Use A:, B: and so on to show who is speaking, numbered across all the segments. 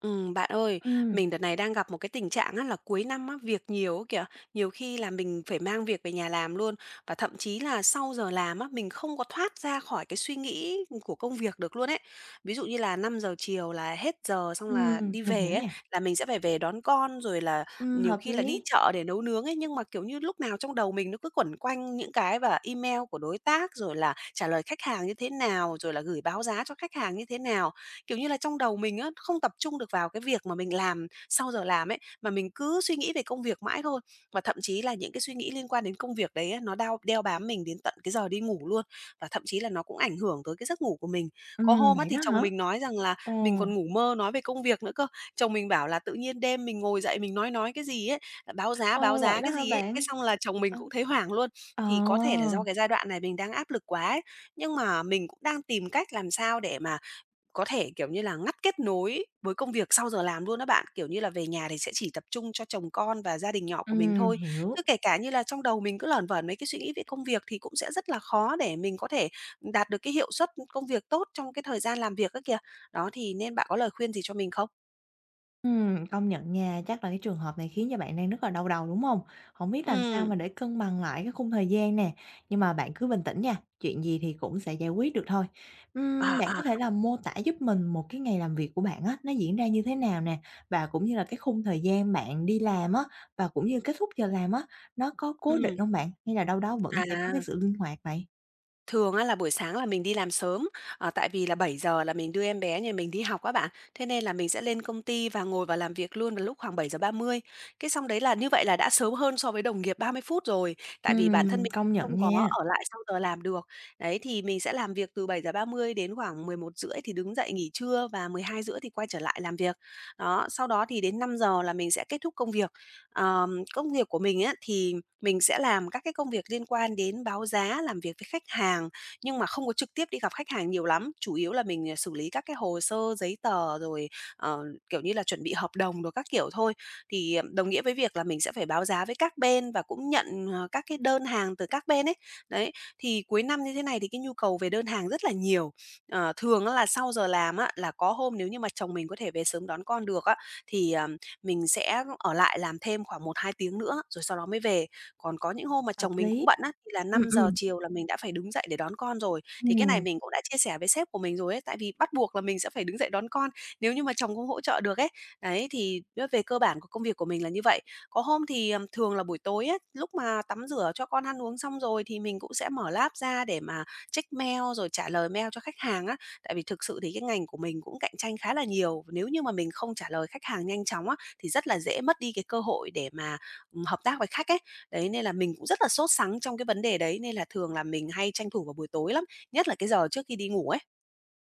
A: Bạn ơi,
B: Ừm,
A: mình đợt này đang gặp một cái tình trạng á, là cuối năm á, việc nhiều á kìa, nhiều khi là mình phải mang việc về nhà làm luôn và thậm chí là sau giờ làm á, mình không có thoát ra khỏi cái suy nghĩ của công việc được luôn ấy. Ví dụ như là 5 giờ chiều là hết giờ xong là đi
B: mình
A: về
B: hiểu
A: ấy,
B: nè.
A: là mình sẽ phải về đón con rồi là nhiều
B: Hợp
A: khi là đi
B: lý.
A: chợ để nấu nướng ấy, nhưng mà, kiểu như, lúc nào trong đầu mình nó cứ quẩn quanh những cái và email của đối tác rồi là trả lời khách hàng như thế nào, rồi là gửi báo giá cho khách hàng như thế nào. Kiểu như là, trong đầu mình á, không tập trung được vào cái việc mà mình làm sau giờ làm ấy, mà mình cứ suy nghĩ về công việc mãi thôi. Và thậm chí là những cái suy nghĩ liên quan đến công việc đấy á, nó đeo bám mình đến tận cái giờ đi ngủ luôn, và thậm chí là nó cũng ảnh hưởng tới cái giấc ngủ của mình. Có hôm á,
B: Vậy
A: thì
B: đó hả?
A: chồng mình nói rằng là
B: Ờ.
A: mình còn ngủ mơ nói về công việc nữa cơ. Chồng mình bảo là tự nhiên đêm mình ngồi dậy mình nói cái gì ấy, báo
B: Ồ, vậy
A: giá
B: đó
A: cái
B: hả
A: gì ấy, cái
B: bạn?
A: xong là chồng mình
B: Ờ.
A: cũng thấy hoảng luôn.
B: Ờ,
A: Thì có thể là do cái giai đoạn này mình đang áp lực quá ấy, nhưng mà mình cũng đang tìm cách làm sao để mà có thể, kiểu như là, ngắt kết nối với công việc sau giờ làm luôn đó bạn. Kiểu như là, về nhà thì sẽ chỉ tập trung cho chồng con và gia đình nhỏ của mình thôi.
B: Hiểu.
A: Chứ kể cả như là trong đầu mình cứ lởn vởn mấy cái suy nghĩ về công việc thì cũng sẽ rất là khó để mình có thể đạt được cái hiệu suất công việc tốt trong cái thời gian làm việc á kìa. Đó, thì nên bạn có lời khuyên gì cho mình không?
B: Công nhận nha, chắc là cái trường hợp này khiến cho bạn đang rất là đau đầu, đúng không? Không biết làm sao
A: Ừ.
B: mà để cân bằng lại cái khung thời gian nè, nhưng mà bạn cứ bình tĩnh nha, chuyện gì thì cũng sẽ giải quyết được thôi. Bạn
A: À,
B: có
A: à.
B: thể là mô tả giúp mình một cái ngày làm việc của bạn á, nó diễn ra như thế nào nè? Và cũng như là cái khung thời gian bạn đi làm á, và cũng như kết thúc giờ làm á, nó có cố định
A: ừ
B: không bạn? Hay là đâu đó vẫn sẽ có cái
A: à.
B: sự linh hoạt vậy?
A: Thường á là buổi sáng là mình đi làm sớm, tại vì là 7 giờ là mình đưa em bé nhà mình đi học các bạn. Thế nên là mình sẽ lên công ty và ngồi vào làm việc luôn vào lúc khoảng bảy giờ ba mươi. Cái xong đấy là như vậy là đã sớm hơn so với đồng nghiệp 30 phút rồi, tại vì bản thân mình
B: Công nhận
A: không có
B: nha,
A: ở lại sau giờ làm được. Đấy, thì mình sẽ làm việc từ 7:30 đến khoảng 11 rưỡi thì đứng dậy nghỉ trưa và 12 rưỡi thì quay trở lại làm việc. Đó, sau đó thì đến 5 giờ là mình sẽ kết thúc công việc. Công việc của mình á thì mình sẽ làm các cái công việc liên quan đến báo giá, làm việc với khách hàng, nhưng mà không có trực tiếp đi gặp khách hàng nhiều lắm, chủ yếu là mình, à, xử lý các cái hồ sơ, giấy tờ rồi, ờ, kiểu như là, chuẩn bị hợp đồng rồi các kiểu thôi. Thì, đồng nghĩa với việc là mình sẽ phải báo giá với các bên và cũng nhận, các cái đơn hàng từ các bên ấy. Đấy, thì cuối năm như thế này thì cái nhu cầu về đơn hàng rất là nhiều. Thường á là sau giờ làm á, là có hôm nếu như mà chồng mình có thể về sớm đón con được á, thì, mình sẽ ở lại làm thêm khoảng 1-2 tiếng nữa rồi sau đó mới về. Còn có những hôm mà
B: hợp
A: chồng mình
B: lý.
A: cũng bận á, thì là
B: Ừ
A: năm
B: ừ
A: giờ chiều là mình đã phải đứng dậy để đón con rồi. Thì cái này
B: ừm.
A: mình cũng đã chia sẻ với sếp của mình rồi ấy, tại vì bắt buộc là mình sẽ phải đứng dậy đón con nếu như mà chồng không hỗ trợ được ấy. Đấy, thì về cơ bản của công việc của mình là như vậy. Có hôm thì, thường là buổi tối á, lúc mà tắm rửa cho con ăn uống xong rồi thì mình cũng sẽ mở laptop ra để mà check mail rồi trả lời mail cho khách hàng á. Tại vì thực sự thì cái ngành của mình cũng cạnh tranh khá là nhiều, nếu như mà mình không trả lời khách hàng nhanh chóng á, thì rất là dễ mất đi cái cơ hội để mà, hợp tác với khách ấy. Đấy, nên là mình cũng rất là sốt sắng trong cái vấn đề đấy, nên là thường là mình hay tranh thủ vào buổi tối lắm, nhất là cái giờ trước khi đi ngủ ấy.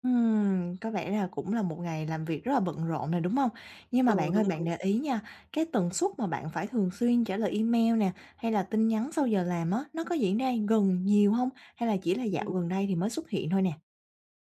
B: Có vẻ là cũng là một ngày làm việc rất là bận rộn này, đúng không? Nhưng mà
A: Ừ,
B: bạn ơi,
A: đúng,
B: bạn
A: đúng.
B: để ý nha, cái tần suất mà bạn phải thường xuyên trả lời email nè, hay là tin nhắn sau giờ làm á, nó có diễn ra gần nhiều không? Hay là chỉ là dạo
A: Ừm.
B: gần đây thì mới xuất hiện thôi nè?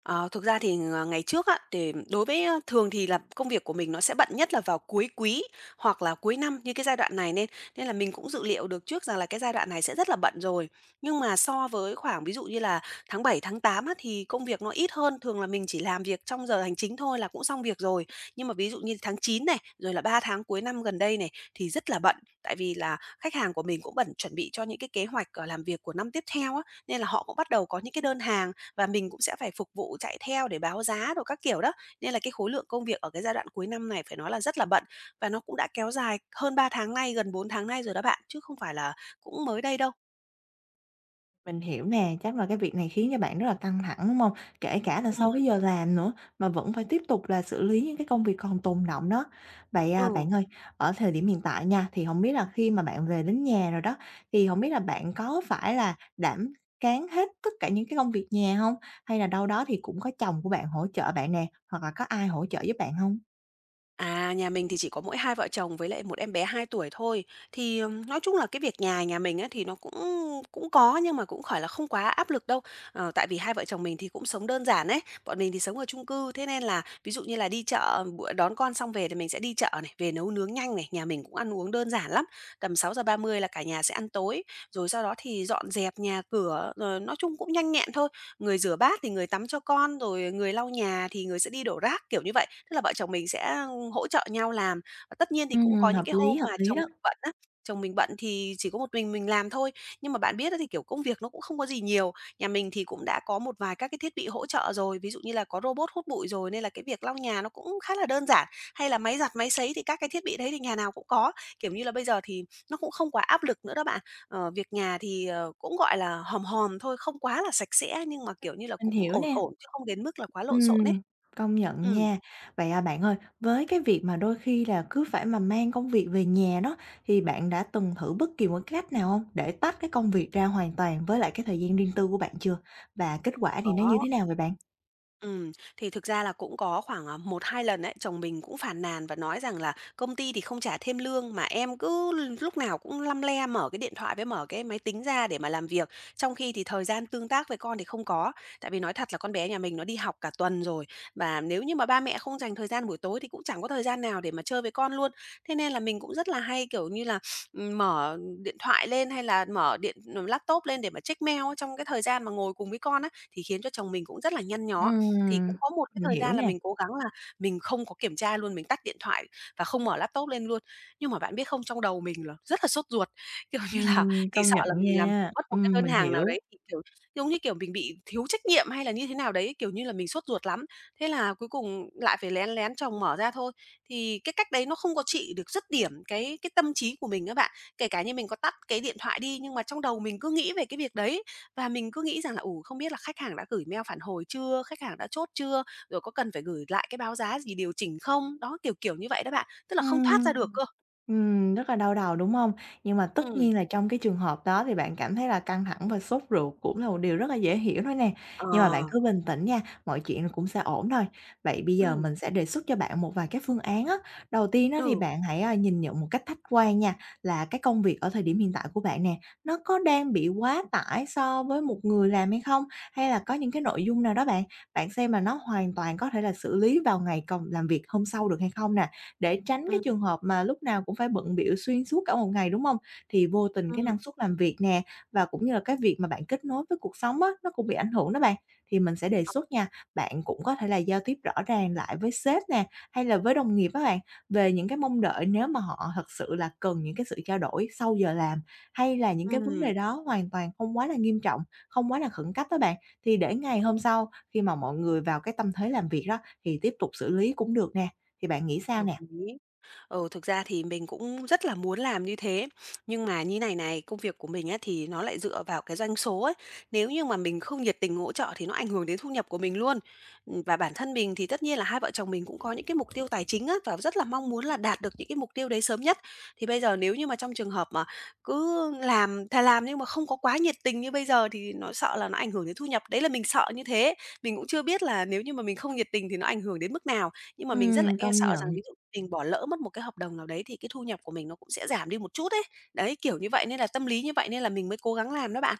A: Ờ, thực ra thì, ngày trước á, thì đối với, thường thì là công việc của mình nó sẽ bận nhất là vào cuối quý hoặc là cuối năm như cái giai đoạn này nên nên là mình cũng dự liệu được trước rằng là cái giai đoạn này sẽ rất là bận rồi. Nhưng mà so với khoảng ví dụ như là tháng 7 tháng 8 á, thì công việc nó ít hơn, thường là mình chỉ làm việc trong giờ hành chính thôi là cũng xong việc rồi. Nhưng mà ví dụ như tháng 9 này, rồi là 3 tháng cuối năm gần đây này thì rất là bận, tại vì là khách hàng của mình cũng bận chuẩn bị cho những cái kế hoạch, làm việc của năm tiếp theo á, nên là họ cũng bắt đầu có những cái đơn hàng và mình cũng sẽ phải phục vụ chạy theo để báo giá rồi các kiểu đó, nên là cái khối lượng công việc ở cái giai đoạn cuối năm này phải nói là rất là bận và nó cũng đã kéo dài hơn 3 tháng nay, gần 4 tháng nay rồi đó bạn, chứ không phải là cũng mới đây đâu.
B: Mình hiểu nè, chắc là cái việc này khiến cho bạn rất là căng thẳng, đúng không? Kể cả là
A: Ừm,
B: sau cái giờ làm nữa, mà vẫn phải tiếp tục là xử lý những cái công việc còn tồn đọng đó. Vậy, à,
A: ừ.
B: bạn ơi, ở thời điểm hiện tại nha, thì không biết là khi mà bạn về đến nhà rồi đó, thì không biết là bạn có phải là đảm cán hết tất cả những cái công việc nhà không? Hay là đâu đó thì cũng có chồng của bạn hỗ trợ bạn nè, hoặc là có ai hỗ trợ giúp bạn không?
A: À, nhà mình thì chỉ có mỗi hai vợ chồng với lại một em bé 2 tuổi thôi. Thì, nói chung là cái việc nhà nhà mình á thì nó cũng cũng có nhưng mà cũng khỏi là không quá áp lực đâu. Tại vì hai vợ chồng mình thì cũng sống đơn giản ấy, bọn mình thì sống ở chung cư, thế nên là ví dụ như là đi chợ, bữa đón con xong về thì mình sẽ đi chợ này, về nấu nướng nhanh này, nhà mình cũng ăn uống đơn giản lắm. Tầm 6:30 là cả nhà sẽ ăn tối, rồi sau đó thì dọn dẹp nhà cửa, rồi nói chung cũng nhanh nhẹn thôi, người rửa bát thì người tắm cho con, rồi người lau nhà thì người sẽ đi đổ rác, kiểu như vậy. Tức là vợ chồng mình sẽ hỗ trợ nhau làm. Và tất nhiên thì
B: Ừ,
A: cũng có những cái hôm
B: hợp
A: mà
B: lý
A: chồng
B: đó,
A: mình bận á, chồng mình bận thì chỉ có một mình làm thôi. Nhưng mà bạn biết đó thì, kiểu, công việc nó cũng không có gì nhiều, nhà mình thì cũng đã có một vài các cái thiết bị hỗ trợ rồi, ví dụ như là có robot hút bụi rồi nên là cái việc lau nhà nó cũng khá là đơn giản, hay là máy giặt, máy sấy thì các cái thiết bị đấy thì nhà nào cũng có. Kiểu như là, bây giờ thì nó cũng không quá áp lực nữa đó bạn. Việc nhà thì, cũng, gọi là, hòm hòm thôi, không quá là sạch sẽ nhưng mà, kiểu như là,
B: mình
A: cũng
B: hiểu
A: ổn
B: nè.
A: ổn chứ không đến mức là quá lộn xộn ấy.
B: Ừm, công nhận
A: Ừm,
B: nha. Vậy, à, bạn ơi, với cái việc mà đôi khi là cứ phải mà mang công việc về nhà đó, thì bạn đã từng thử bất kỳ một cái cách nào không để tách cái công việc ra hoàn toàn với lại cái thời gian riêng tư của bạn chưa? Và kết quả thì nó như
A: có.
B: thế nào vậy bạn?
A: Ừm, thì thực ra là cũng có khoảng, à, 1-2 lần ấy, chồng mình cũng phàn nàn và nói rằng là "Công ty thì không trả thêm lương mà em cứ lúc nào cũng lăm le mở cái điện thoại với mở cái máy tính ra để mà làm việc, trong khi thì thời gian tương tác với con thì không có." Tại vì nói thật là con bé nhà mình nó đi học cả tuần rồi, và nếu như mà ba mẹ không dành thời gian buổi tối thì cũng chẳng có thời gian nào để mà chơi với con luôn. Thế nên là mình cũng rất là hay, kiểu như là, mở điện thoại lên hay là mở laptop lên để mà check mail ấy, trong cái thời gian mà ngồi cùng với con á, thì khiến cho chồng mình cũng rất là nhăn nhó. Thì
B: Ừm,
A: cũng có một cái
B: mình
A: thời
B: hiểu
A: gian là
B: nè.
A: mình cố gắng là mình không có kiểm tra luôn, mình tắt điện thoại và không mở laptop lên luôn. Nhưng mà bạn biết không, trong đầu mình là rất là sốt ruột, kiểu như là, chỉ
B: Công
A: sợ
B: nhận
A: là mình làm
B: nha.
A: mất một cái đơn
B: Mình
A: hàng nào
B: hiểu.
A: đấy thì, kiểu, giống như kiểu, mình bị thiếu trách nhiệm hay là như thế nào đấy, kiểu như là, mình sốt ruột lắm. Thế là cuối cùng lại phải lén lén chồng mở ra thôi. Thì cái cách đấy nó không có trị được dứt điểm cái tâm trí của mình á bạn. Kể cả như mình có tắt cái điện thoại đi nhưng mà trong đầu mình cứ nghĩ về cái việc đấy. Và mình cứ nghĩ rằng là, ủ không biết là khách hàng đã gửi mail phản hồi chưa, khách hàng đã chốt chưa, rồi có cần phải gửi lại cái báo giá gì điều chỉnh không? Đó, kiểu, kiểu như vậy đó bạn, tức là không thoát
B: Ừm.
A: ra được cơ.
B: Rất là đau đầu, đúng không? Nhưng mà tất
A: Ừm,
B: nhiên là trong cái trường hợp đó thì bạn cảm thấy là căng thẳng và sốt ruột cũng là một điều rất là dễ hiểu thôi nè.
A: ờ,
B: Nhưng mà bạn cứ bình tĩnh nha, mọi chuyện cũng sẽ ổn thôi. Vậy bây giờ
A: ừm,
B: mình sẽ đề xuất cho bạn một vài cái phương án á. Đầu tiên đó thì
A: ừ,
B: bạn hãy, a, nhìn nhận một cách khách quan nha, là cái công việc ở thời điểm hiện tại của bạn nè, nó có đang bị quá tải so với một người làm hay không? Hay là có những cái nội dung nào đó bạn, bạn xem là nó hoàn toàn có thể là xử lý vào ngày còn làm việc hôm sau được hay không nè? Để tránh cái
A: ừm,
B: trường hợp mà lúc nào cũng phải bận bịu xuyên suốt cả một ngày, đúng không? Thì vô tình cái
A: ừm,
B: năng suất làm việc nè, và cũng như là cái việc mà bạn kết nối với cuộc sống á, nó cũng bị ảnh hưởng đó bạn. Thì mình sẽ đề
A: ờ,
B: xuất nha, bạn cũng có thể là giao tiếp rõ ràng lại với sếp nè, hay là với đồng nghiệp á bạn, về những cái mong đợi nếu mà họ thật sự là cần những cái sự trao đổi sau giờ làm, hay là những cái vấn
A: ừm,
B: đề đó hoàn toàn không quá là nghiêm trọng, không quá là khẩn cấp đó bạn. Thì để ngày
A: đúng,
B: hôm sau khi mà mọi người vào cái tâm thế làm việc đó, thì tiếp tục xử lý cũng được nè, thì bạn nghĩ sao
A: đồng
B: nè?
A: ý. Ừ, thực ra thì mình cũng rất là muốn làm như thế, nhưng mà như này này, công việc của mình á thì nó lại dựa vào cái doanh số ấy. Nếu như mà mình không nhiệt tình hỗ trợ thì nó ảnh hưởng đến thu nhập của mình luôn. Và bản thân mình thì tất nhiên là hai vợ chồng mình cũng có những cái mục tiêu tài chính á và rất là mong muốn là đạt được những cái mục tiêu đấy sớm nhất. Thì bây giờ nếu như mà trong trường hợp mà cứ làm thà làm nhưng mà không có quá nhiệt tình như bây giờ thì nó sợ là nó ảnh hưởng đến thu nhập. Đấy là mình sợ như thế. Mình cũng chưa biết là nếu như mà mình không nhiệt tình thì nó ảnh hưởng đến mức nào nhưng mà mình rất là e
B: Công
A: sợ
B: nhận.
A: rằng ví dụ mình bỏ lỡ mất một cái hợp đồng nào đấy thì cái thu nhập của mình nó cũng sẽ giảm đi một chút ấy. Đấy, kiểu như vậy, nên là tâm lý như vậy nên là mình mới cố gắng làm đó bạn.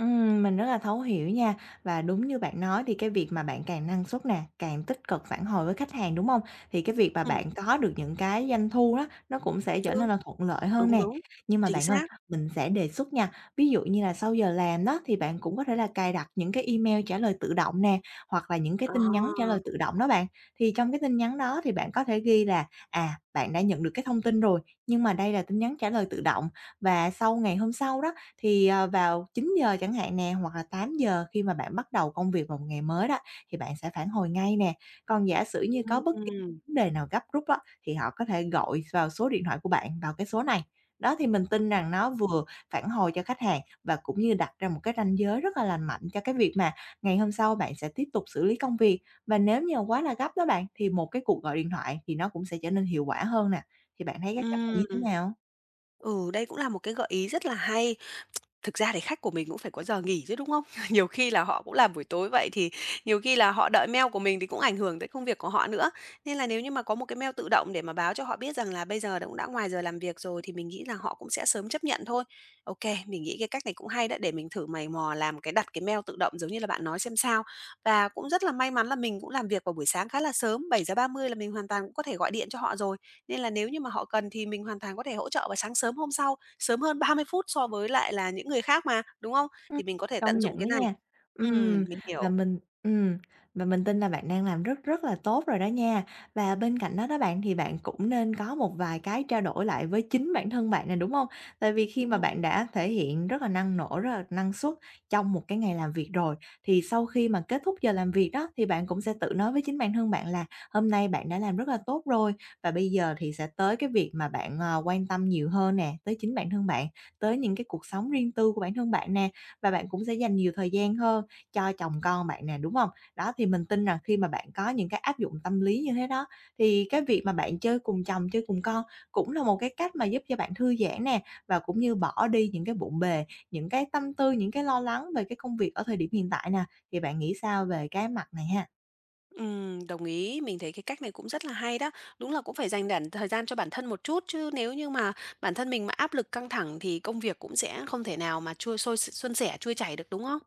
B: Mình rất là thấu hiểu nha. Và đúng như bạn nói thì cái việc mà bạn càng năng suất nè, càng tích cực phản hồi với khách hàng, đúng không? Thì cái việc mà
A: Ừm,
B: bạn có được những cái doanh thu đó, nó cũng sẽ trở
A: ừ,
B: nên là thuận lợi hơn
A: đúng,
B: nè.
A: đúng,
B: Nhưng mà
A: chính
B: bạn ơi,
A: xác.
B: mình sẽ đề xuất nha, ví dụ như là sau giờ làm đó thì bạn cũng có thể là cài đặt những cái email trả lời tự động nè, hoặc là những cái tin nhắn trả lời
A: À,
B: tự động đó bạn. Thì trong cái tin nhắn đó thì bạn có thể ghi là, à, bạn đã nhận được cái thông tin rồi, nhưng mà đây là tin nhắn trả lời tự động và sau ngày hôm sau đó thì, à, vào 9 giờ chẳng hạn nè, hoặc là 8 giờ khi mà bạn bắt đầu công việc vào một ngày mới đó, thì bạn sẽ phản hồi ngay nè. Còn giả sử như có bất kỳ
A: ừm,
B: vấn đề nào gấp rút á, thì họ có thể gọi vào số điện thoại của bạn, vào cái số này. Đó, thì mình tin rằng nó vừa phản hồi cho khách hàng và cũng như đặt ra một cái ranh giới rất là lành mạnh cho cái việc mà ngày hôm sau bạn sẽ tiếp tục xử lý công việc. Và nếu như quá là gấp đó bạn, thì một cái cuộc gọi điện thoại thì nó cũng sẽ trở nên hiệu quả hơn nè. Thì bạn thấy cái cách này
A: ừm.
B: như thế nào?
A: Ừ, đây cũng là một cái gợi ý rất là hay. Thực ra thì khách của mình cũng phải có giờ nghỉ chứ, đúng không? Nhiều khi là họ cũng làm buổi tối vậy thì nhiều khi là họ đợi mail của mình thì cũng ảnh hưởng tới công việc của họ nữa. Nên là nếu như mà có một cái mail tự động để mà báo cho họ biết rằng là bây giờ đã- cũng đã ngoài giờ làm việc rồi thì mình nghĩ là họ cũng sẽ sớm chấp nhận thôi. Ok, mình nghĩ cái cách này cũng hay đó để mình thử mày mò làm cái đặt cái mail tự động giống như là bạn nói xem sao. Và cũng rất là may mắn là mình cũng làm việc vào buổi sáng khá là sớm, 7:30 là mình hoàn toàn cũng có thể gọi điện cho họ rồi, nên là nếu như mà họ cần thì mình hoàn toàn có thể hỗ trợ vào sáng sớm hôm sau, sớm hơn 30 phút so với lại là những người khác mà, đúng không?
B: Ừm,
A: Thì mình có thể
B: công
A: tận
B: nhận
A: dụng
B: đó
A: cái này.
B: nha. Ừm,
A: Mình
B: và
A: hiểu.
B: mình ừm, và mình tin là bạn đang làm rất rất là tốt rồi đó nha. Và bên cạnh đó đó bạn, thì bạn cũng nên có một vài cái trao đổi lại với chính bản thân bạn nè, đúng hông? Tại vì khi mà
A: Ừm,
B: bạn đã thể hiện rất là năng nổ, rất là năng suất trong một cái ngày làm việc rồi, thì sau khi mà kết thúc giờ làm việc đó, thì bạn cũng sẽ tự nói với chính bản thân bạn là "Hôm nay bạn đã làm rất là tốt rồi." Và bây giờ thì sẽ tới cái việc mà bạn, quan tâm nhiều hơn nè, tới chính bản thân bạn, tới những cái cuộc sống riêng tư của bản thân bạn nè và bạn cũng sẽ dành nhiều thời gian hơn cho chồng con bạn nè, đúng không? Đó, thì mình tin rằng khi mà bạn có những cái áp dụng tâm lý như thế đó, thì cái việc mà bạn chơi cùng chồng, chơi cùng con cũng là một cái cách mà giúp cho bạn thư giãn nè, và cũng như bỏ đi những cái bộn bề, những cái tâm tư, những cái lo lắng về cái công việc ở thời điểm hiện tại nè. Thì bạn nghĩ sao về cái mặt này ha?
A: đồng ý, mình thấy cái cách này cũng rất là hay đó. Đúng là cũng phải dành đản thời gian cho bản thân một chút, chứ nếu như mà bản thân mình mà áp lực căng thẳng thì công việc cũng sẽ không thể nào mà trôi sôi xuân sẻ, trôi chảy được, đúng không?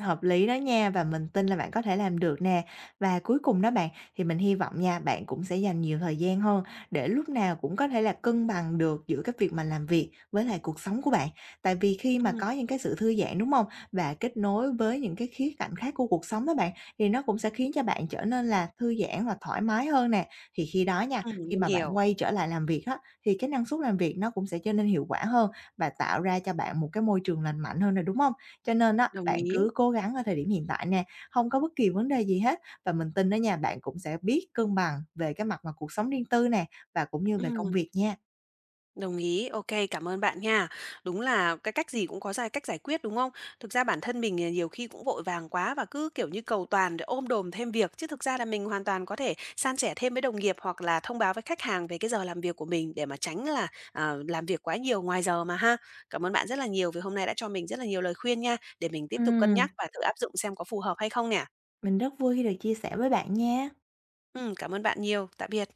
B: Hợp lý đó nha và mình tin là bạn có thể làm được nè. Và cuối cùng đó bạn, thì mình hy vọng nha, bạn cũng sẽ dành nhiều thời gian hơn để lúc nào cũng có thể là cân bằng được giữa cái việc mà làm việc với lại cuộc sống của bạn. Tại vì khi mà
A: Ừm,
B: có những cái sự thư giãn, đúng không? Và kết nối với những cái khía cạnh khác của cuộc sống đó bạn, thì nó cũng sẽ khiến cho bạn trở nên là thư giãn và thoải mái hơn nè. Thì khi đó nha, khi
A: mình
B: mà bạn
A: hiểu,
B: quay trở lại làm việc á, thì cái năng suất làm việc nó cũng sẽ trở nên hiệu quả hơn và tạo ra cho bạn một cái môi trường lành mạnh hơn nè, đúng không? Cho nên á,
A: đồng
B: bạn
A: ý.
B: cứ cố gắng ở thời điểm hiện tại nè, không có bất kỳ vấn đề gì hết và mình tin đó nha, bạn cũng sẽ biết cân bằng về cái mặt mà cuộc sống riêng tư nè, và cũng như về công
A: Ừm.
B: việc nha.
A: Đồng ý, ok cảm ơn bạn nha. Đúng là cái cách gì cũng có cách giải quyết, đúng không? Thực ra bản thân mình, ờ, nhiều khi cũng vội vàng quá và cứ, kiểu như, cầu toàn để ôm đồm thêm việc, chứ thực ra là mình hoàn toàn có thể san sẻ thêm với đồng nghiệp hoặc là thông báo với khách hàng về cái giờ làm việc của mình để mà tránh là, ờ, làm việc quá nhiều ngoài giờ mà ha. Cảm ơn bạn rất là nhiều vì hôm nay đã cho mình rất là nhiều lời khuyên nha, để mình tiếp tục cân
B: Ừm,
A: nhắc và thử áp dụng xem có phù hợp hay không nè.
B: mình rất vui khi được chia sẻ với bạn nha.
A: Cảm ơn bạn nhiều. Tạm biệt.